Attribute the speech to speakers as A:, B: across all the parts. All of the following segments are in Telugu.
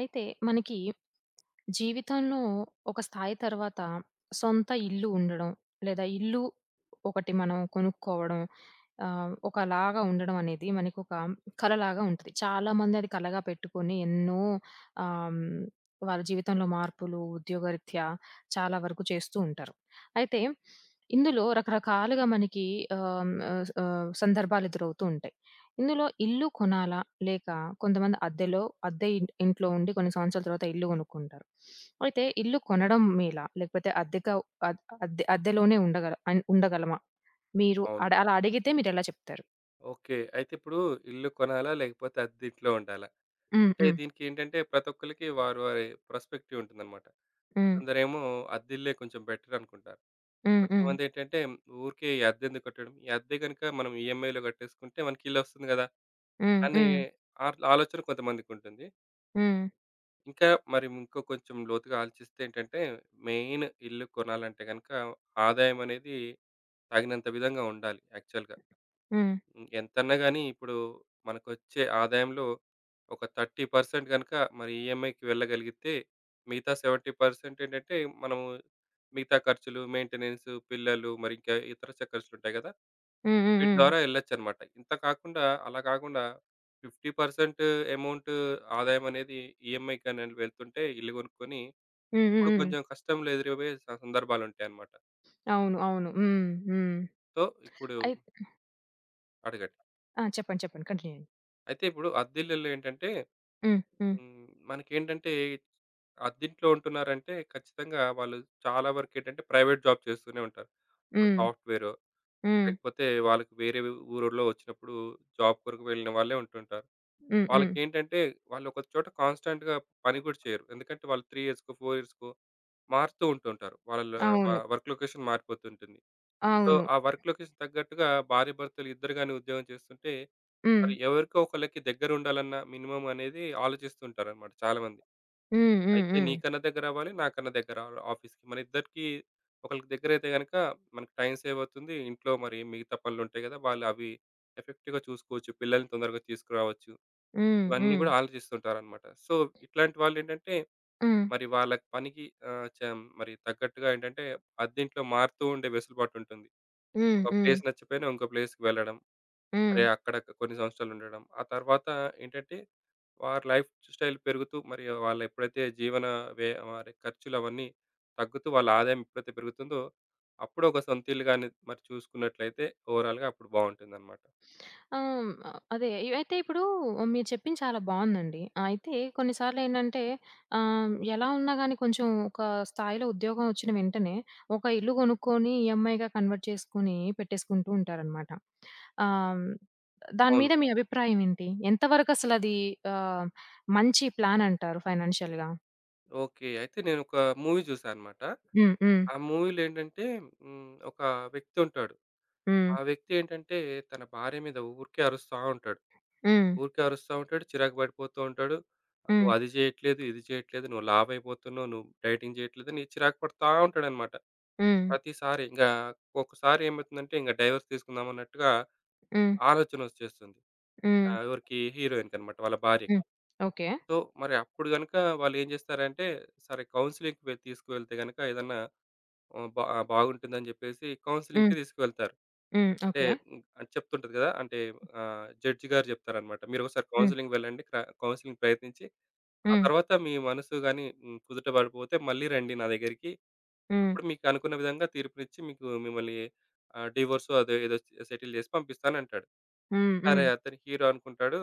A: అయితే మనకి జీవితంలో ఒక స్థాయి తర్వాత సొంత ఇల్లు ఉండడం, లేదా ఇల్లు ఒకటి మనం కొనుక్కోవడం, ఒకలాగా ఉండడం అనేది మనకొక కలలాగా ఉంటది. చాలామంది అది కలగా పెట్టుకొని ఎన్నో ఆహ్, హ్మ్, వాళ్ళ జీవితంలో మార్పులు, ఉద్యోగరీత్యా చాలా వరకు చేస్తూ ఉంటారు. అయితే ఇందులో రకరకాలుగా మనకి ఆహ్, హ్మ్, ఆహ్, ఆహ్, సందర్భాలు ఎదురవుతూ ఉంటాయి. ఇందులో ఇల్లు కొనాలా? లేక కొంతమంది అద్దె ఇంట్లో ఉండి కొన్ని సంవత్సరాల తర్వాత ఇల్లు కొనుక్కుంటారు. అయితే ఇల్లు కొనడం మేలా? లేకపోతే అద్దెక అద్ అద్దె అద్దెలోనే ఉండగలమా? మీరు
B: అవును.
A: అలా అడిగితే మీరెలా చెప్తారు?
B: ఓకే. అయితే ఇప్పుడు ఇల్లు కొనాలా? లేకపోతే అద్దింట్లో ఉండాలా?
A: హ్మ్.
B: అంటే
A: హ్మ్.
B: దీనికేంటంటే ప్రతి ఒక్కళ్ళకి వారి వారి పర్స్‌పెక్టివ్ ఉంటుందన్నమాట.
A: హ్మ్.
B: కొందరేమో అద్దిల్లే కొంచెం బెటర్ అనుకుంటారు.
A: హ్మ్. హ్మ్.
B: కొంతమందేంటంటే ఊరికే ఈ అద్దెందుకు కట్టడం? ఈ అద్దె గనుక మనం ఈఎంఐలో కట్టేసుకుంటే మనకి ఇల్లొస్తుంది గదా!
A: హ్మ్.
B: అనే
A: హ్మ్.
B: ఆలోచన కొంతమందికుంటుంది.
A: హ్మ్.
B: ఇంకా మరి ఇంకో కొంచెం లోతుగా ఆలోచిస్తే ఏంటంటే మెయిన్ ఇల్లు కొనాలంటే గనక ఆదాయం అనేది తగినంత విధంగా ఉండాలి యాక్చువల్‌గా.
A: హ్మ్.
B: ఎంతన్నా గాని ఇప్పుడు మనకొచ్చే ఆదాయంలో ఒక 30% గనుక మరి ఈఎంఐకి వెళ్ళగలిగితే మిగతా 70% ఏంటంటే మనము మిగతా ఖర్చులు, మెయింటెనెన్స్, పిల్లలు మరి ఇంకా ఇతర ఖర్చులుంటాయి కదా!
A: హ్మ్. హ్మ్.
B: వీటి
A: హ్మ్.
B: ద్వారా ఎళ్ళొచ్చనమాట. ఇంత కాకుండా అలా కాకుండా 50% అమౌంట్ ఆదాయం అనేది ఈఎంఐకనేది వెళ్తుంటే ఇల్లు కొనుక్కొని
A: హ్మ్. హ్మ్.
B: అప్పుడు
A: హ్మ్.
B: కొంచెం కష్టంలో ఎదురయ్యే సందర్భాలుంటాయనమాట.
A: అవును. అవును. హ్మ్. హ్మ్.
B: సో, ఇప్పుడు
A: అయి
B: అడగండి.
A: ఆ! చెప్పండి. చెప్పండి. కంటిన్యూ చేయండి.
B: అయితే ఇప్పుడు అద్దిల్లుల్లో ఏంటంటే
A: హ్మ్. హ్మ్.
B: మనకేంటంటే అద్దింట్లో ఉంటున్నారంటే ఖచ్చితంగా వాళ్ళు చాలా వరకేంటంటే ప్రైవేట్ జాబ్ చేస్తూనే ఉంటారు. ఒక
A: హ్మ్.
B: సాఫ్ట్‌వేరో
A: హ్మ్.
B: లేకపోతే వాళ్ళకి వేరే ఊరోల్లో వచ్చినప్పుడు జాబ్ కొరకు వెళ్ళిన వాళ్ళే ఉంటుంటారు.
A: హ్మ్. హ్మ్.
B: వాళ్ళకేంటంటే వాళ్ళు ఒక చోట కాన్‌స్టాంట్‌గా పని కూడా చేయరు. ఎందుకంటే వాళ్ళు 3 ఇయర్స్‌కో, 4 ఇయర్స్‌కో మారుతూ ఉంటుంటారు. వాళ్ళ
A: అవును.
B: Work location మారిపోతుంటుంది. సో,
A: అవును.
B: ఆ వర్క్ లొకేషన్ తగ్గట్టుగా భార్యాభర్తలు ఇద్దరు గాని ఉద్యోగం చేస్తుంటే
A: హ్మ్.
B: మరి ఎవరికో ఒకళ్ళకి దగ్గరుండాలన్న మినిమమ్ అనేది ఆలోచిస్తుంటారన్నమాట చాలామంది.
A: హ్మ్. హ్మ్.
B: అయితే
A: హ్మ్.
B: నీకన్నా దగ్గర అవ్వాలి, నాకన్నా దగ్గర అవ్వాలి ఆఫీస్‌కి. మన ఇద్దరికీ ఒకళ్ళకి దగ్గర అయితే గనక మనకి టైం సేవ్ అవుతుంది. ఇంట్లో మరి మిగతా పనులుంటాయి గదా! వాళ్ళు అవి ఎఫెక్టివ్‌గా చూసుకోవచ్చు. పిల్లల్ని తొందరగా తీసుకురావచ్చు.
A: హ్మ్.
B: ఇవన్నీ
A: హ్మ్.
B: గూడా ఆలోచిస్తుంటారనమాట. సో, ఇట్లాంటి వాళ్ళేంటంటే
A: హ్మ్.
B: మరి వాళ్ళ పనికి ఆహ్, చం మరి తగ్గట్టుగా ఏంటంటే అద్దింట్లో మారుతూ ఉండే వెసులుబాటుంటుంది.
A: హ్మ్.
B: ఒక
A: హ్మ్.
B: ప్లేస్ నచ్చకపోయినా ఇంకో ప్లేస్‌కి వెళ్ళడం.
A: హ్మ్.
B: మరి అక్కడ కొన్ని సంవత్సరాలు ఉండడం. ఆ తర్వాత ఏంటంటే వారి లైఫ్ స్టైల్ పెరుగుతూ మరి వాళ్ళు ఎప్పుడైతే జీవన వారి ఖర్చులు అవన్నీ తగ్గుతూ వాళ్ళ ఆదాయం ఎప్పుడైతే పెరుగుతుందో, అప్పుడు ఒక సొంత ఇల్లు గాని మరి చూసుకున్నట్లయితే ఓవరాల్‌గా అప్పుడు బావుంటుందన్నమాట.
A: ఆహ్, అదే. అయితే ఇప్పుడు మీరు చెప్పింది చాలా బావుందండి. అయితే కొన్ని సార్లేంటంటే ఎలా ఉన్నా గాని కొంచెం ఒక స్థాయిలో ఉద్యోగం వచ్చిన వెంటనే ఒక ఇల్లు కొనుక్కొని ఈఎంఐగా కన్వర్ట్ చేసుకొని పెట్టేసుకుంటూ ఉంటారనమాట. ఆహ్, దాని
B: అవును.
A: మీద మీ అభిప్రాయం ఏంటి? ఎంత వరకసలది ఆహ్, మంచి ప్లాన్ అంటారు ఫైనాన్షియల్‌గా?
B: ఓకే. అయితే నేనొక మూవీ చూసా అన్నమాట.
A: హ్మ్. హ్మ్.
B: ఆ మూవీలో ఏంటంటే ఒక వ్యక్తి ఉంటాడు.
A: హ్మ్.
B: ఆ వ్యక్తి ఏంటంటే తన భార్య మీద ఊరికే అరుస్తా ఉంటాడు.
A: హ్మ్.
B: ఊరికే అరుస్తా ఉంటాడు. చిరాకు పడిపోతూ ఉంటాడు.
A: హ్మ్.
B: "నువ్వు అది చేయట్లేదు, ఇది చేయట్లేదు, నువ్వు లావ్ అయిపోతున్నావు, నువ్వు డైటింగ్ చేయట్లేదని" చిరాకు పడతా ఉంటాడనమాట.
A: హ్మ్.
B: ప్రతిసారి ఇంగా ఒక్కొక్కసారి ఏమవుతుందంటే ఇంక డైవర్స్ తీసుకుందాం అన్నట్టుగా
A: హ్మ్.
B: ఆలోచన వచ్చేస్తుంది.
A: హ్మ్.
B: ఎవరికి హీరోయిన్‌కనమాట వాళ్ళ భార్యకి.
A: హ్మ్. ఓకే.
B: సో, మరి అప్పుడు గనుక వాళ్ళేం జేస్తారంటే, సరే కౌన్సెలింగ్‌కి తీసుకువెళ్తే గనక ఏదన్నా బాగుంటుందని జెప్పేసి
A: హ్మ్.
B: కౌన్సెలింగ్‌కి తీసుకువెళ్తారు.
A: హ్మ్.
B: అంటే
A: ఓకే.
B: అది చెప్తుంటది గదా! అంటే జడ్జి గారు జెప్తారనమాట. "మీరొకసారి
A: హ్మ్.
B: కౌన్సెలింగ్ వెళ్ళండి. కౌన్సెలింగ్ ప్రయత్నించి ఆ
A: హ్మ్.
B: తర్వాత మీ మనసు గాని కుదుట పడిపోతే మళ్ళీ రండి నా దగ్గరికి.
A: హ్మ్.
B: అప్పుడు మీకు అనుకున్న విధంగా తీర్పునిచ్చి మీకు మిమ్మల్ని డివోర్సో అదో ఏదో సెటిల్ చేసి పంపిస్తానంటాడు.
A: హ్మ్.
B: సరే
A: హ్మ్.
B: అతను హీరో అనుకుంటాడు.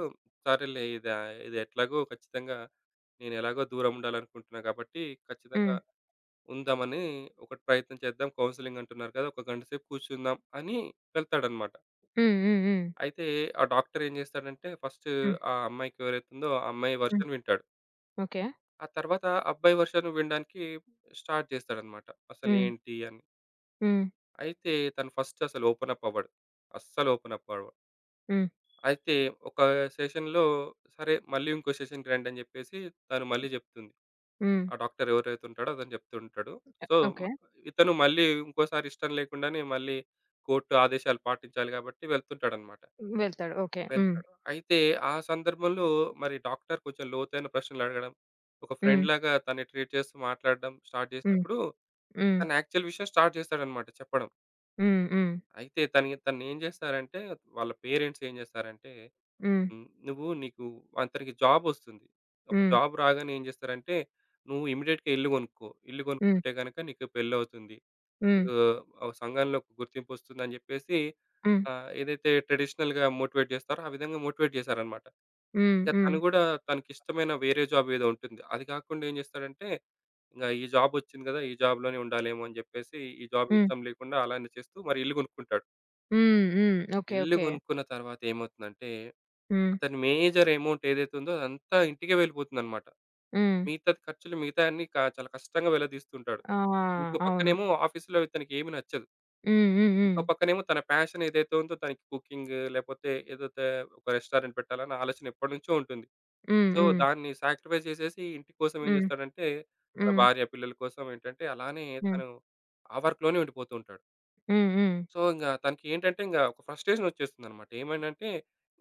B: సరేలే ఇది ఇది ఎట్లాగో ఖచ్చితంగా నేనెలాగో దూరం ఉండాలనుకుంటున్నా కాబట్టి ఖచ్చితంగా
A: హ్మ్.
B: ఉందామని ఒకటి ప్రయత్నం చేద్దాం. కౌన్సెలింగ్ అంటున్నారు కదా! ఒక గంట సేపు కూర్చుందాం అని వెళ్తాడన్నమాట.
A: హ్మ్. హ్మ్. హ్మ్.
B: అయితే ఆ డాక్టర్ ఏం చేస్తాడంటే ఫస్ట్
A: హ్మ్.
B: ఆ అమ్మాయికి ఎవరైతే ఉందో ఆ అమ్మాయి
A: హ్మ్.
B: వెర్షన్ వింటాడు.
A: ఓకే.
B: ఆ తర్వాత అబ్బాయి వర్షన్ వినడానికి స్టార్ట్ చేస్తాడనమాట.
A: హ్మ్.
B: అసలేంటి అని.
A: హ్మ్.
B: అయితే తను ఫస్ట్ అసలు ఓపెన్ అప్ అవ్వడు. అస్సలు ఓపెన్ అప్ అవ్వడు.
A: హ్మ్.
B: అయితే ఒక సెషన్‌లో సరే మళ్ళీ ఇంకో సెషన్‌కి రండి అని చెప్పేసి తను మళ్ళీ చెప్తుంది.
A: హ్మ్.
B: ఆ డాక్టర్ ఎవరైతే ఉంటాడో అతను చెప్తూ ఉంటాడు.
A: అ
B: సో, మ
A: ఓకే.
B: ఇతను మళ్ళీ ఇంకోసారి ఇష్టం లేకుండానే మళ్ళీ కోర్టు ఆదేశాలు పాటించాలి కాబట్టి వెళ్తుంటాడనమాట.
A: వెళ్తాడు. ఓకే. హ్మ్.
B: వెళ్తాడు. అయితే ఆ సందర్భంలో మరి డాక్టర్ కొంచెం లోతైన ప్రశ్నలడగడం, ఒక
A: హ్మ్.
B: ఫ్రెండ్ లాగా తనని ట్రీట్ చేస్తూ మాట్లాడడం స్టార్ట్
A: హ్మ్.
B: చేసినప్పుడు,
A: హ్మ్.
B: తన యాక్చువల్ విషయం స్టార్ట్ చేస్తాడనమాట చెప్పడం.
A: హ్మ్. హ్మ్.
B: అయితే తనకి తనేం చేస్తారంటే, వాళ్ళ పేరెంట్స్ ఏం చేస్తారంటే,
A: హ్మ్.
B: హ్మ్. నువ్వు నీకు అతనికి జాబొస్తుంది. ఒక
A: హ్మ్.
B: జాబ్ రాగానే ఏం చేస్తారంటే, "నువ్వు ఇమ్మీడియేట్‌గా ఇల్లు కొనుక్కో. ఇల్లు
A: హ్మ్.
B: కొనుక్కుంటే గనక నీకు పెళ్లవుతుంది.
A: హ్మ్.
B: నీకు ఒక సంఘంలో గుర్తింపొస్తుందని" చెప్పేసి
A: హ్మ్.
B: ఏదైతే ట్రెడిషనల్‌గా మోటివేట్ చేస్తారో, ఆ విధంగా మోటివేట్ చేశారనమాట.
A: హ్మ్.
B: ఇక
A: హ్మ్.
B: తను గూడా తనకిష్టమైన వేరే జాబ్ ఏదో ఉంటుంది. అది కాకుండా ఏం చేస్తాడంటే, ఇంగ ఈ జాబ్ వచ్చింది కదా! ఈ జాబ్‌లోనే ఉండాలేమో అని చెప్పేసి, ఈ జాబ్
A: హ్మ్.
B: ఇష్టం లేకుండా అలానే చేస్తూ మరి ఇల్లు కొనుక్కుంటాడు.
A: హ్మ్. హ్మ్. ఓకే.
B: ఇల్లు
A: ఓకే.
B: కొనుక్కున్న తర్వాత ఏమవుతుందంటే,
A: హ్మ్.
B: అతని మేజర్ అమౌంట్ ఏదైతే ఉందో అదంతా ఇంటికే వెళ్ళిపోతుందన్నమాట.
A: హ్మ్.
B: మిగతాది ఖర్చులు మిగతాయన్నీ చాలా కష్టంగా వెల్లదీస్తుంటాడు.
A: ఆ!
B: ఇంకో
A: అవును.
B: పక్కనేమో ఆఫీస్‌లో ఇతనికి ఏమి నచ్చదు.
A: హ్మ్. హ్మ్.
B: ఇంకో పక్కనేమో తన ప్యాషన్ ఏదైతే ఉందో తనకి కుకింగ్ లేకపోతే ఏదైతే ఒక రెస్టారెంట్ పెట్టాలన్న ఆలోచన ఎప్పటినుంచో ఉంటుంది.
A: హ్మ్.
B: సో,
A: హ్మ్.
B: దాన్ని సాక్రిఫైస్ చేసేసి ఇంటి కోసం ఏం
A: హ్మ్.
B: చేస్తాడంటే, తన
A: హ్మ్.
B: భార్య, పిల్లల కోసం ఏంటంటే అలానే
A: హ్మ్.
B: తను ఆ వర్క్‌లోనే ఉండిపోతూ ఉంటాడు.
A: హ్మ్. హ్మ్.
B: సో, ఇంగ తనకి ఏంటంటే ఇంగ ఒక ఫ్రస్ట్రేషన్ వచ్చేస్తుందన్నమాట. ఏమనంటే,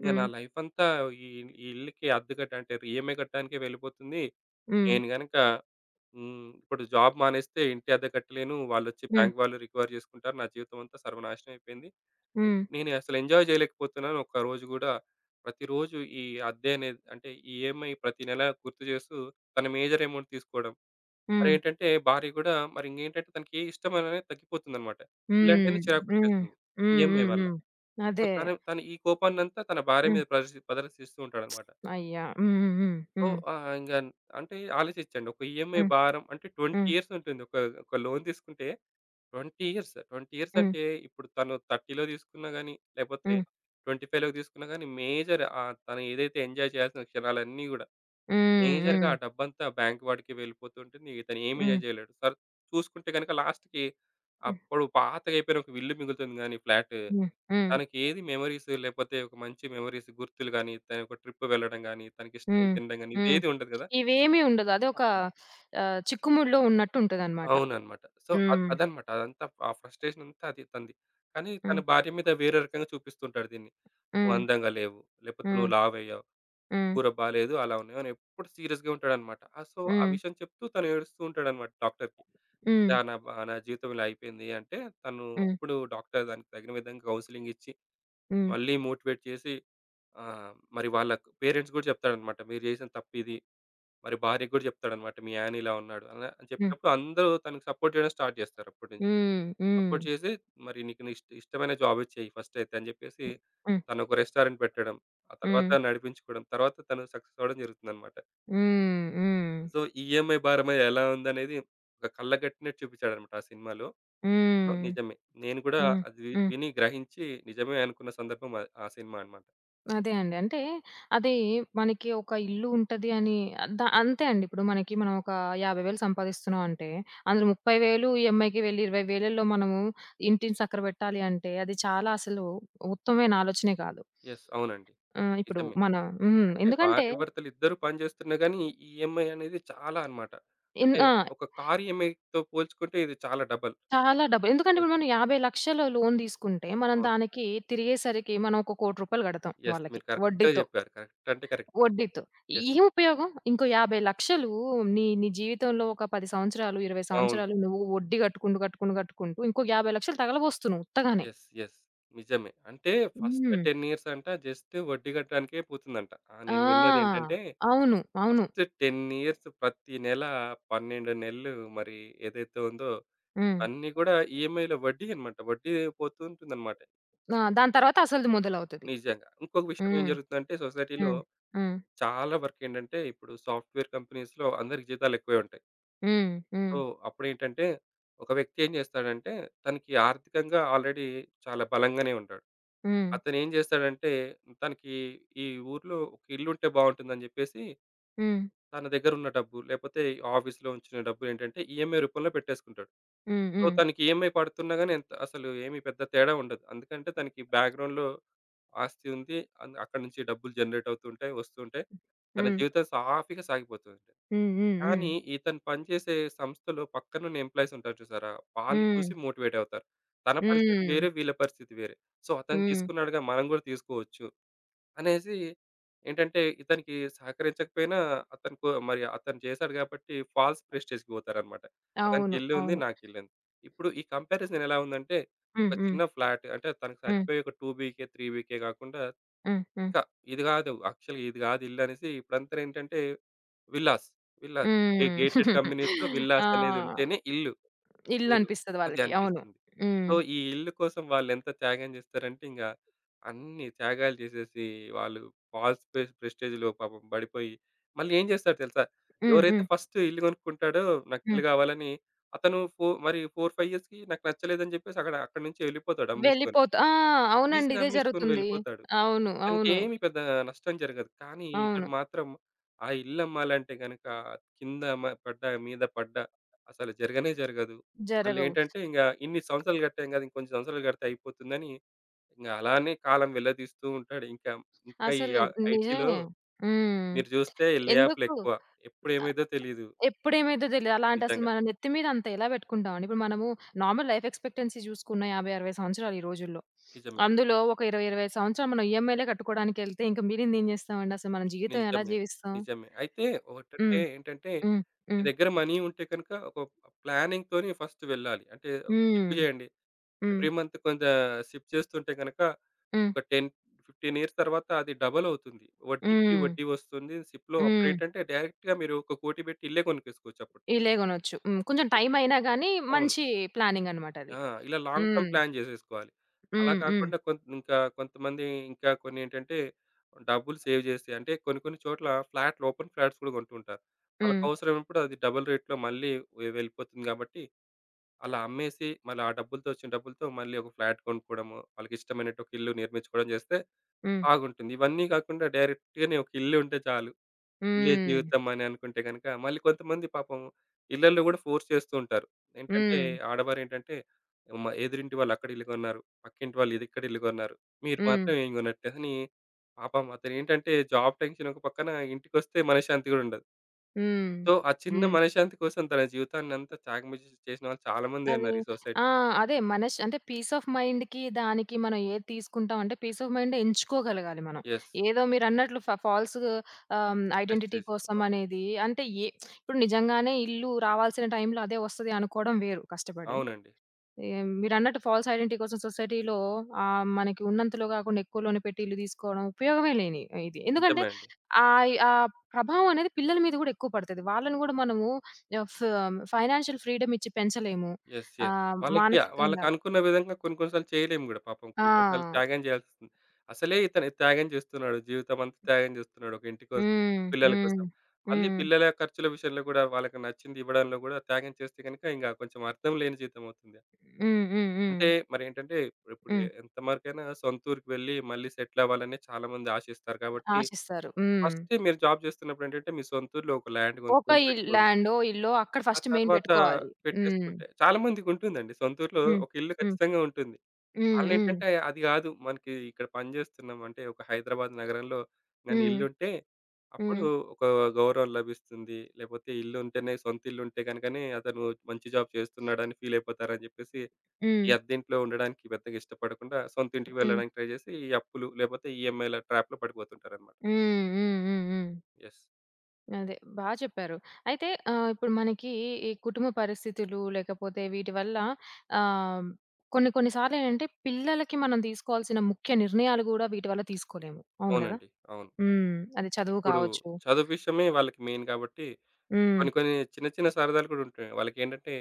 B: ఇంగ నా
A: హ్మ్.
B: లైఫ్ అంతా ఈ ఈ ఇల్లుకి అద్దె కట్ట అంటే ఈఎంఐ కట్టడానికే వెళ్ళిపోతుంది.
A: హ్మ్. హ్మ్.
B: నేను గనక ఇప్పుడు జాబ్ మానేస్తే ఇంటి అద్దె కట్టలేను. వాళ్ళొచ్చి
A: హ్మ్.
B: బ్యాంక్ వాళ్ళు రికవర్ చేసుకుంటారు. నా జీవితం అంతా సర్వనాశనం అయిపోయింది.
A: హ్మ్.
B: నేను అసలు ఎంజాయ్ చేయలేకపోతున్నాను. ఒక్క రోజు గూడా. ప్రతిరోజు ఈ అద్దె అనేది అంటే ఈ ఈఎంఐ ప్రతి నెల గుర్తు చేస్తూ తన మేజర్ అమౌంట్ తీసుకోవడం.
A: హ్మ్.
B: మరేంటంటే భార్య గూడా మరి ఇంకేంటంటే తనకి ఏ ఇష్టం అనేది తగ్గిపోతుందన్నమాట.
A: హ్మ్.
B: ఇల్లంటేనే
A: హ్మ్.
B: చిరాకొచ్చేస్తుంది.
A: హ్మ్.
B: ఈఎంఐ
A: హ్మ్.
B: వల్ల.
A: హ్మ్.
B: సో,
A: అదే.
B: తను తను ఈ కోపాన్నంతా తన భార్య
A: హ్మ్.
B: మీద ప్రదర్శిస్తూ ఉంటాడన్నమాట.
A: అయ్యా! హ్మ్. హ్మ్.
B: సో,
A: హ్మ్.
B: ఆహ్, ఇంగ అంటే ఆలోచించండి. ఒక ఈఎంఐ
A: హ్మ్.
B: భారం అంటే 20
A: హ్మ్.
B: ఇయర్స్ ఉంటుంది. ఒక ఒక లోన్ తీసుకుంటే 20 ఇయర్స్. 20 ఇయర్స్
A: హ్మ్.
B: అంటే ఇప్పుడు తను 30లో తీసుకున్నా గాని, లేపోతే
A: హ్మ్.
B: 25లో తీసుకున్నా గాని మేజర్ తను ఏదైతే ఎంజాయ్ చేయాల్సిన క్షణాలన్నీ గూడా మేజర్‌గా
A: హ్మ్.
B: ఆ డబ్బంతా బ్యాంక్ వాడికి వెళ్ళిపోతుంటుంది. ఇతను ఏమి
A: హ్మ్. హ్మ్.
B: ఎంజాయ్ చేయలేడు. చూసుకుంటే గనక లాస్ట్‌కి అప్పుడు పాతగయిపోయిన ఒక ఇల్లు మిగులుతుంది గానీ ఫ్లాట్
A: హ్మ్. హ్మ్.
B: తనకి ఏది మెమోరీస్ లేకపోతే ఒక మంచి మెమోరీస్ గుర్తులు గాని, తను ఒక ట్రిప్ వెళ్ళడం గాని,
A: హ్మ్.
B: తనకిష్టమైనది తినడం గాని
A: హ్మ్.
B: ఇదేది ఉండదు కదా!
A: ఇవేమీ ఉండదు. అదొక
B: అవును.
A: చిక్కుముడిలో ఉన్నట్టుంటదనమాట.
B: అవునన్నమాట. సో,
A: హ్మ్.
B: అదన్నమాట. అదంతా ఆ ఫ్రస్ట్రేషన్ అంతా అది తనది. కానీ తన
A: హ్మ్.
B: భార్య మీద వేరే రకంగా చూపిస్తుంటాడు దీన్ని. "నువ్వు
A: హ్మ్.
B: అందంగా లేవు. లేకపోతే
A: హ్మ్.
B: నువ్వు లావయ్యావు.
A: హ్మ్.
B: కూర బాలేదు. అలా ఉన్నావు" అని ఎప్పుడు సీరియస్‌గా ఉంటాడన్నమాట. ఆ! సో, ఆ
A: హ్మ్.
B: విషయం చెప్తూ తను ఏడుస్తూ ఉంటాడన్నమాట డాక్టర్‌కి.
A: హ్మ్.
B: "ఇలా నా జీవితం ఇలా అయిపోయింది" అంటే తను
A: హ్మ్.
B: అప్పుడు డాక్టర్ దానికి తగిన విధంగా కౌన్సెలింగ్ ఇచ్చి, మళ్ళీ మోటివేట్ చేసి ఆ! మరి వాళ్ళ పేరెంట్స్ గూడా చెప్తాడనమాట. మీరు చేసిన తప్పిది. మరి భార్యకి గూడా చెప్తాడనమాట. మీ ఆయన ఇలా ఉన్నాడు అలా అని
A: హ్మ్.
B: చెప్పినప్పుడు అందరూ తనకి సపోర్ట్ చేయడం స్టార్ట్ చేస్తారు అప్పటి నుంచి.
A: హ్మ్. హ్మ్.
B: సపోర్ట్ చేసి మరి నీకు నీ ఇష్టమైన జాబే చెయ్యి ఫస్ట్ అయితే అని చెప్పేసి
A: హ్మ్. హ్మ్.
B: తనొక రెస్టారెంట్ పెట్టడం. ఆ తర్వాత
A: హ్మ్.
B: నడిపించుకోవడం. తర్వాత తను సక్సెస్ అవ్వడం జరుగుతుందనమాట.
A: హ్మ్. హ్మ్.
B: సో, ఈఎంఐ భారమ ఎలా ఉందనేది ఒక కళ్ళగట్టినట్టు చూపించాడనమాట ఆ సినిమాలో. సో,
A: హ్మ్.
B: నిజమే. నేను గూడా
A: హ్మ్.
B: అది
A: హ్మ్.
B: విని గ్రహించి నిజమే అనుకున్న సందర్భం ఆ ఆ సినిమా అన్నమాట.
A: అదే అండి. అంటే అది మనకి ఒక ఇల్లు ఉంటది అని అంతే అండి. ఇప్పుడు మనకి మనం ఒక 50,000 సంపాదిస్తున్నాం అంటే, అందులో 30,000 ఈఎంఐకి వెళ్ళి 20,000లో మనము ఇంటిని చక్కరబెట్టాలి అంటే అది చాలా అసలు ఉత్తమమైన ఆలోచనే కాదు.
B: యెస్. అవునండి.
A: ఇప్పుడు
B: నిజమే.
A: మన హ్మ్.
B: అంటే
A: ఎందుకంటే
B: భార్యాభర్తలిద్దరూ పని చేస్తున్నా గానీ, ఈ ఈఎంఐ అనేది చాలా అన్నమాట. అంటే
A: ఆ!
B: ఒక కారు ఈఎంఐతో పోల్చుకుంటే ఇది చాలా డబల్.
A: చాలా డబ్బు. ఎందుకంటే
B: హ్మ్.
A: ఇప్పుడు మనం 50,000,000 లోన్ తీసుకుంటే, మనం
B: అవును.
A: దానికి తిరిగేసరికి మనం ఒక 1,00,00,000 కడతాం
B: యెస్.
A: వాళ్ళకి
B: మీరు కరెక్ట్‌గా
A: వడ్డీతో.
B: చెప్పారు. కరెక్ట్ అంటే కరెక్ట్.
A: వడ్డీతో.
B: యెస్.
A: ఏం ఉపయోగం? ఇంకో 50,00,000 నీ నీ జీవితంలో ఒక 10 సంవత్సరాలు, 20
B: అవును.
A: సంవత్సరాలు నువ్వు వడ్డీ కట్టుకుంటూ, కట్టుకుంటూ, కట్టుకుంటూ ఇంకో 50,00,000 తగలబోస్తున్నావు ఉత్తగానే.
B: యెస్. యెస్. నిజమే. అంటే ఫస్ట్
A: హ్మ్.
B: 10 ఇయర్స్ అంట జస్ట్ వడ్డీ కట్టడానికే పోతుందంట. ఆ! నేను
A: ఆ!
B: విన్నదేంటంటే
A: అవును. అవును.
B: ఫస్ట్ 10 ఇయర్స్ ప్రతి నెల 12 నెలలు మరి ఏదైతే ఉందో
A: హ్మ్.
B: అన్నీ గూడా ఈఎంఐల వడ్డీ అన్నమాట. వడ్డీ పోతూ ఉంటుందన్నమాట.
A: ఆ! దాని తర్వాత అసలుది మొదలవుతది.
B: నిజంగా. ఇంకొక విషయం ఏం
A: హ్మ్.
B: జరుగుతుందంటే సొసైటీలో
A: హ్మ్. హ్మ్.
B: చాలా వరకేంటంటే ఇప్పుడు సాఫ్ట్‌వేర్ కంపెనీస్‌లో అందరికి జీతాలెక్కువే ఉంటాయి.
A: హ్మ్. హ్మ్.
B: సో, అప్పుడేంటంటే ఒక వ్యక్తి ఏం చేస్తాడంటే తనకి ఆర్థికంగా ఆల్రెడీ చాలా బలంగానే ఉంటాడు.
A: హ్మ్.
B: అతనేం చేస్తాడంటే తనకి ఈ ఊర్లో ఒక ఇల్లుంటే బావుంటుందని చెప్పేసి
A: హ్మ్.
B: తన దగ్గరున్న డబ్బు లేపోతే ఆఫీస్‌లో ఉంచిన డబ్బులేంటంటే ఈఎంఐ రూపంలో పెట్టేసుకుంటాడు.
A: హ్మ్.
B: సో,
A: హ్మ్.
B: తనకి ఈఎంఐ పడుతున్నా గాని ఎంత అసలు ఏమి పెద్ద తేడా ఉండదు. ఎందుకంటే తనకి బ్యాక్‌గ్రౌండ్‌లో ఆస్తి ఉంది. అక్కడి నుంచి డబ్బులు జనరేట్ అవుతుంటాయి, వస్తుంటాయి. తన
A: హ్మ్.
B: జీవితం సాఫీగా సాగిపోతుంది.
A: హ్మ్. హ్మ్. హ్మ్.
B: కానీ ఇతను పనిచేసే సంస్థలో పక్కనున్న ఎంప్లాయీస్ ఉంటారు చూసారా? వాళ్ళు
A: హ్మ్.
B: చూసి మోటివేట్ అవుతారు. తన పరిస్థితి
A: హ్మ్.
B: వేరే, వీళ్ళ పరిస్థితి వేరే. సో, అతను
A: హ్మ్.
B: తీసుకున్నాడుగా మనం కూడా తీసుకోవచ్చు అనేసి ఏంటంటే ఇతనికి సహకరించకపోయినా అతనుకు మరి అతను చేశాడు కాబట్టి ఫాల్స్ ప్రెస్టీజ్‌కి పోతారనమాట. అతనికి
A: అవును.
B: ఇల్లు ఉంది.
A: అవును.
B: నాకు ఇల్లు ఉంది. ఇప్పుడు ఈ కంపారిజన్ ఎలా ఉందంటే
A: హ్మ్.
B: ఒక
A: హ్మ్.
B: చిన్న ఫ్లాట్ అంటే తనకు
A: హ్మ్.
B: సరిపోయే ఒక 2 బీకే, 3 బీకే కాకుండా
A: హ్మ్. హ్మ్.
B: ఇంకా ఇది గాదు. యాక్చువల్‌గా ఇది గాదు ఇల్లనేసి ఇప్పుడంతానేంటంటే విల్లాస్. విల్లాస్.
A: హ్మ్.
B: గేటెడ్ కమ్యూనిటీస్‌లో విల్లాస్
A: ఆ!
B: అనేదుంటేనే ఇల్లు. మీరు
A: ఇల్లనిపిస్తది
B: అది
A: వాళ్ళకి. అవును.
B: అనిపిస్తుంది.
A: హ్మ్.
B: సో, ఈ ఇల్లు కోసం వాళ్ళెంత త్యాగం జేస్తారంటే ఇంగ అన్ని త్యాగాలు జేసేసి వాళ్ళు ఫాల్స్ ప్రెస్టీజ్‌లో పాపం బడిపోయి మళ్ళీ ఏం జేస్తాడు తెలుసా?
A: హ్మ్.
B: ఎవరైతే
A: హ్మ్.
B: ఫస్ట్ ఇల్లు గొనుక్కుంటాడో నాకు ఇల్లు
A: హ్మ్.
B: గావాలని అతను మరి 4, 5 ఇయర్స్‌కి నాకు నచ్చలేదని జెప్పేసి అక్కడి నుంచి వెళ్ళిపోతాడు అమ్మేసుకొని.
A: వెళ్ళిపోతా ఆ! అవునండి.
B: ఈజీగా
A: ఇదే
B: అమ్మేసుకొని
A: జరుగుతుంది.
B: వెళ్ళిపోతాడు.
A: అవును. అవును.
B: తనకేమి పెద్ద నష్టం జరగదు. కానీ ఇతడు
A: అవును.
B: మాత్రం ఆ ఇల్లు అమ్మాలంటే గనక కింద పడ్డా, మీద పడ్డా అసలు జరగనే జరగదు.
A: జరగవు.
B: మళ్ళేంటంటే ఇంగ ఇన్ని సంవత్సరాలు కట్టాం కదా! ఇంకొంచెం సంవత్సరాలు కడితే అయిపోతుందని ఇంగ అలానే కాలం వెళ్లదీస్తూ ఉంటాడు. ఇంకా ఇంకా ఈ
A: అసలు
B: ఆ ఐటీ‌లో
A: నిజమే. హ్మ్.
B: మీరు చూస్తే లే
A: ఎందుకు
B: ఆఫ్‌లెక్కువ. ఎప్పుడు
A: ఆహ్,
B: ఏమైద్దో తెలీదు.
A: ఎప్పుడేమైద్దో తెలీదు. అలాంటి అసలు
B: నిజంగా.
A: మన నెత్తి మీద అంత ఎలా పెట్టుకుంటామండి. ఇప్పుడు మనము నార్మల్ లైఫ్ ఎక్స్‌పెక్టెన్సీ చూసుకున్న 50, 60 సంవత్సరాలు ఈ రోజుల్లో.
B: నిజమే.
A: అందులో ఒక 20, 25 సంవత్సరాలు మనం ఈఎంఐలే కట్టుకోవడానికెళ్తే ఇంక మిగిలింది ఏం చేస్తామండి? అసలు మన జీవితం ఎలా
B: నిజమే.
A: జీవిస్తాం?
B: నిజమే. అయితే ఒకటంటే
A: హ్మ్.
B: ఏంటంటే
A: హ్మ్.
B: మీ
A: హ్మ్.
B: దగ్గర మనీ ఉంటే కనుక ఒక ప్లానింగ్‌తోని ఫస్ట్ వెళ్ళాలి. అంటే ఒక
A: హ్మ్.
B: స్టెప్ చేయండి.
A: హ్మ్.
B: ఎవ్రీ మంత్ కొంత షిఫ్ట్ చేస్తుంటే గనక ఒక
A: హ్మ్.
B: 10, 15 ఇయర్స్ తర్వాత అది డబుల్ అవుతుంది. వడ్డీకి
A: హ్మ్.
B: వడ్డీ వస్తుంది. సిప్‌లో
A: హ్మ్.
B: అప్పుడేంటంటే డైరెక్ట్‌గా మీరు ఒక 1,00,00,000 పెట్టి ఇల్లే కొనుక్కేసుకోవచ్చు అప్పుడు.
A: ఇలే గొనొచ్చు. హ్మ్. కొంచెం
B: మీకు
A: టైమయినా గానీ
B: అవును.
A: మంచి ప్లానింగనమాట అది.
B: ఆ! ఇలా లాంగ్ టర్మ్
A: హ్మ్.
B: ప్లాన్ చేసేసుకోవాలి. అలా
A: హ్మ్. హ్మ్.
B: కాకుండా కొంత్ ఇంకా కొంతమంది ఇంకా కొన్నేంటంటే డబ్బులు సేవ్ చేసి అంటే కొన్ని కొన్ని చోట్ల ఫ్లాట్‌లు ఓపెన్ ఫ్లాట్స్ కూడా కొంటుంటారు.
A: హ్మ్.
B: వాళ్ళకవసరమైనప్పుడు అది డబుల్ రేట్‌లో మళ్ళీ వెళ్ళిపోతుంది కాబట్టి అలా అమ్మేసి మళ్ళీ ఆ డబ్బులతో వచ్చిన డబ్బులతో మళ్ళీ ఒక ఫ్లాట్ కొనుక్కోవడము, వాళ్ళకిష్టమైనట్టు ఒక ఇల్లు నిర్మించుకోవడం చేస్తే
A: హ్మ్.
B: బాగుంటుంది. ఇవన్నీ కాకుండా డైరెక్ట్‌గానే ఒక ఇల్లు ఉంటే చాలు. ఇల్లే
A: హ్మ్.
B: జీవితం అని అనుకుంటే గనుక మళ్ళీ కొంతమంది పాపం ఇళ్లల్లో కూడా ఫోర్స్ చేస్తూ ఉంటారు. ఏంటంటే
A: హ్మ్.
B: ఆడవారేంటంటే ఎదురింటి వాళ్ళు అక్కడ ఇల్లు కొన్నారు. పక్కింటి వాళ్ళు ఇది ఇక్కడ ఇల్లు కొన్నారు. మీరు
A: హ్మ్.
B: మాత్రం ఏం కొనట్లే అని పాపం అతనేంటంటే జాబ్ టెన్షన్ ఒక పక్కన ఇంటికొస్తే మనశ్శాంతి కూడా ఉండదు.
A: హ్మ్.
B: సో, ఆ చిన్న
A: హ్మ్.
B: మనశ్శాంతి కోసం తన జీవితాన్నంతా త్యాగం చేసిన వాళ్ళు చాలా మందే
A: అది
B: ఉన్నారు ఈ
A: ఆ!
B: సొసైటీలో.
A: అదే, అంటే పీస్ ఆఫ్ మైండ్‌కి, దానికి మనం ఏది తీసుకుంటామంటే పీస్ ఆఫ్ మైండ్ ఎంచుకోగలగాలి మనం.
B: యెస్.
A: ఏదో మీరన్నట్లు ఫాల్స్ ఐడెంటిటీ
B: పెస్టిస్.
A: కోసం
B: అవును.
A: అనేది అంటే ఇప్పుడు నిజంగానే ఇల్లు రావాల్సిన టైంలో అదే వస్తది అనుకోవడం వేరు కష్టపడి.
B: అవునండి.
A: ఏం మీరన్నట్టు ఫాల్స్ ఐడెంటిటీ కోసం సొసైటీలో మనకి ఉన్నంతలో గాకుండా ఎక్కువ లోన్ పెట్టి ఇల్లు తీసుకోవడం ఉపయోగమే లేని ఇది. ఎందుకంటే
B: నిజమే అండి.
A: ఆ ప్రభావం అనేది పిల్లల మీద గూడా ఎక్కువ పడతది. వాళ్ళని గూడా మనము ఆహ్, ఫ్ ఫైనాన్షియల్ ఫ్రీడమ్ ఇచ్చి పెంచలేము.
B: యెస్. యెస్. వాళ్ళకి
A: మానసికంగా
B: వాళ్ళకనుకున్న విధంగా కొన్ని కొన్ని సార్లు చేయలేము గూడా పాపం. కొన్ని కొన్ని సార్లు
A: ఆ!
B: త్యాగం చేయాల్సొస్తుంది. అసలే ఇతను త్యాగం చేస్తున్నాడు. జీవితమంతా త్యాగం చేస్తున్నాడు. ఒక ఇంటి కోసం,
A: హ్మ్.
B: పిల్లల
A: హ్మ్.
B: కోసం. మళ్ళీ
A: హ్మ్.
B: పిల్లల ఖర్చుల విషయంలో గూడా వాళ్ళకి నచ్చింది ఇవ్వడంలో గూడా త్యాగం చేస్తే గనుక ఇంగా కొంచెం అర్థం లేని జీవితం అవుతుంది.
A: హ్మ్. హ్మ్. హ్మ్.
B: అంటే మరేంటంటే ఇప్పుడు
A: హ్మ్.
B: ఎంతవరకైనా సొంత ఊరికి వెళ్ళి మళ్ళీ సెటిల్ అవ్వాలని చాలామంది ఆశిస్తారు. కాబట్టి
A: ఆశిస్తారు. హ్మ్.
B: ఫస్ట్ మీరు జాబ్ చేస్తున్నప్పుడేంటంటే మీ సొంత ఊర్లో ఒక ల్యాండ్
A: ఒక
B: కొనుక్కొని పెట్టుకోండి.
A: ల్యాండో, ఇల్లో అక్కడ
B: ఆ
A: ఫస్ట్ మెయిన్
B: తర్వాత
A: పెట్టుకోవాలి. హ్మ్.
B: పెట్టేసుకుంటే చాలామందికుంటుందండి. సొంతూరులో
A: హ్మ్.
B: ఒక ఇల్లు
A: హ్మ్.
B: ఖచ్చితంగా ఉంటుంది.
A: హ్మ్. హ్మ్.
B: వాళ్ళేంటంటే అది గాదు. మనకి ఇక్కడ పని జేస్తున్నాం అంటే ఒక హైదరాబాద్ నగరంలో గాని
A: హ్మ్.
B: ఇల్లుంటే అప్పుడు
A: హ్మ్.
B: ఒక గౌరవం లభిస్తుంది. లేపోతే సొంత ఇల్లుంటే గనుకనే అతను మంచి జాబ్ చేస్తున్నాడని ఫీలయిపోతారని జెప్పేసి
A: హ్మ్.
B: ఈ అద్దెంట్లో ఉండడానికి పెద్దగా ఇష్టపడకుండా సొంత ఇంటికి
A: హ్మ్.
B: వెళ్ళడానికి ట్రై జేసి ఈ అప్పులు లేపోతే ఈఎంఐల ట్రాప్‌లో పడిపోతుంటారనమాట.
A: హ్మ్. హ్మ్. హ్మ్. హ్మ్.
B: యెస్.
A: అదే చెప్పారు. అయితే ఇప్పుడు మనకి ఈ కుటుంబ పరిస్థితులు లేకపోతే వీటి వల్ల ఆహ్, కొన్ని కొన్ని సార్లేంటంటే పిల్లలకి మనం తీసుకోవాల్సిన ముఖ్య నిర్ణయాలు గూడా వీటి వల్ల తీసుకోలేము. అవును గదా!
B: అవునండి. అవును.
A: హ్మ్. అది చదువు
B: ఇప్పుడు
A: కావచ్చు.
B: చదువు విషయమే వాళ్ళకి మెయిన్ గాబట్టి
A: హ్మ్.
B: కొన్ని కొన్ని చిన్న చిన్న సరదాలు కూడా ఉంటాయి. వాళ్ళకేంటంటే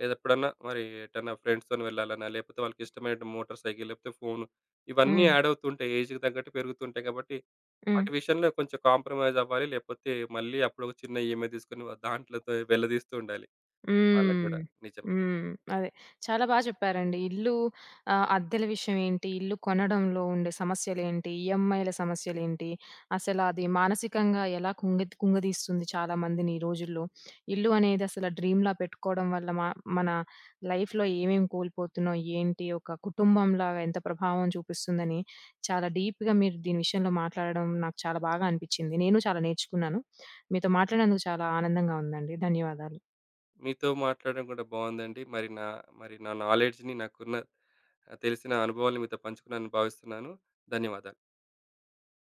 B: లేదా ఎప్పుడన్నా మరి ఎటన్నా ఫ్రెండ్స్‌తోని వెళ్ళాలన్నా, లేకపోతే వాళ్ళకి ఇష్టమైన మోటార్ సైకిల్, లేకపోతే ఫోను ఇవన్నీ
A: హ్మ్.
B: యాడ్ అవుతుంటాయి. ఏజ్‌కి తగ్గట్టు పెరుగుతుంటాయి కాబట్టి,
A: హ్మ్.
B: వాటి విషయంలో కొంచెం కాంప్రమైజ్ అవ్వాలి. లేకపోతే మళ్ళీ అప్పుడు ఒక చిన్న ఈఎంఐ తీసుకొని దాంట్లతో వెళ్ళదీస్తూ ఉండాలి వాళ్ళకి
A: హ్మ్.
B: గూడా. నిజం.
A: హ్మ్. అదే. చాలా చెప్పారండి. ఇల్లు అద్దెల విషయం ఏంటి? ఇల్లు కొనడంలో ఉండే సమస్యలేంటి? ఈఎంఐల సమస్యలేంటి? అసలది మానసికంగా ఎలా కుంగి కుంగదీస్తుంది చాలా మందిని ఈ రోజుల్లో. ఇల్లు అనేది అసల డ్రీమ్‌లా పెట్టుకోవడం వల్ల మన లైఫ్‌లో ఏమేం కోల్పోతున్నాం? ఏంటి? ఒక కుటుంబంలాగా ఎంత ప్రభావం చూపిస్తుందని చాలా డీప్‌గా మీరు దీని విషయంలో మాట్లాడడం నాకు చాలా బాగా అనిపిచ్చింది. నేను చాలా నేర్చుకున్నాను. మీతో మాట్లాడినందుకు చాలా ఆనందంగా ఉందండి. ధన్యవాదాలు.
B: మీతో మాట్లాడడం కూడా బావుందండి. మరి నా నాలెడ్జ్‌ని నాకున్న తెలిసిన అనుభవాలను మీతో పంచుకున్నానని భావిస్తున్నాను. ధన్యవాదాలు.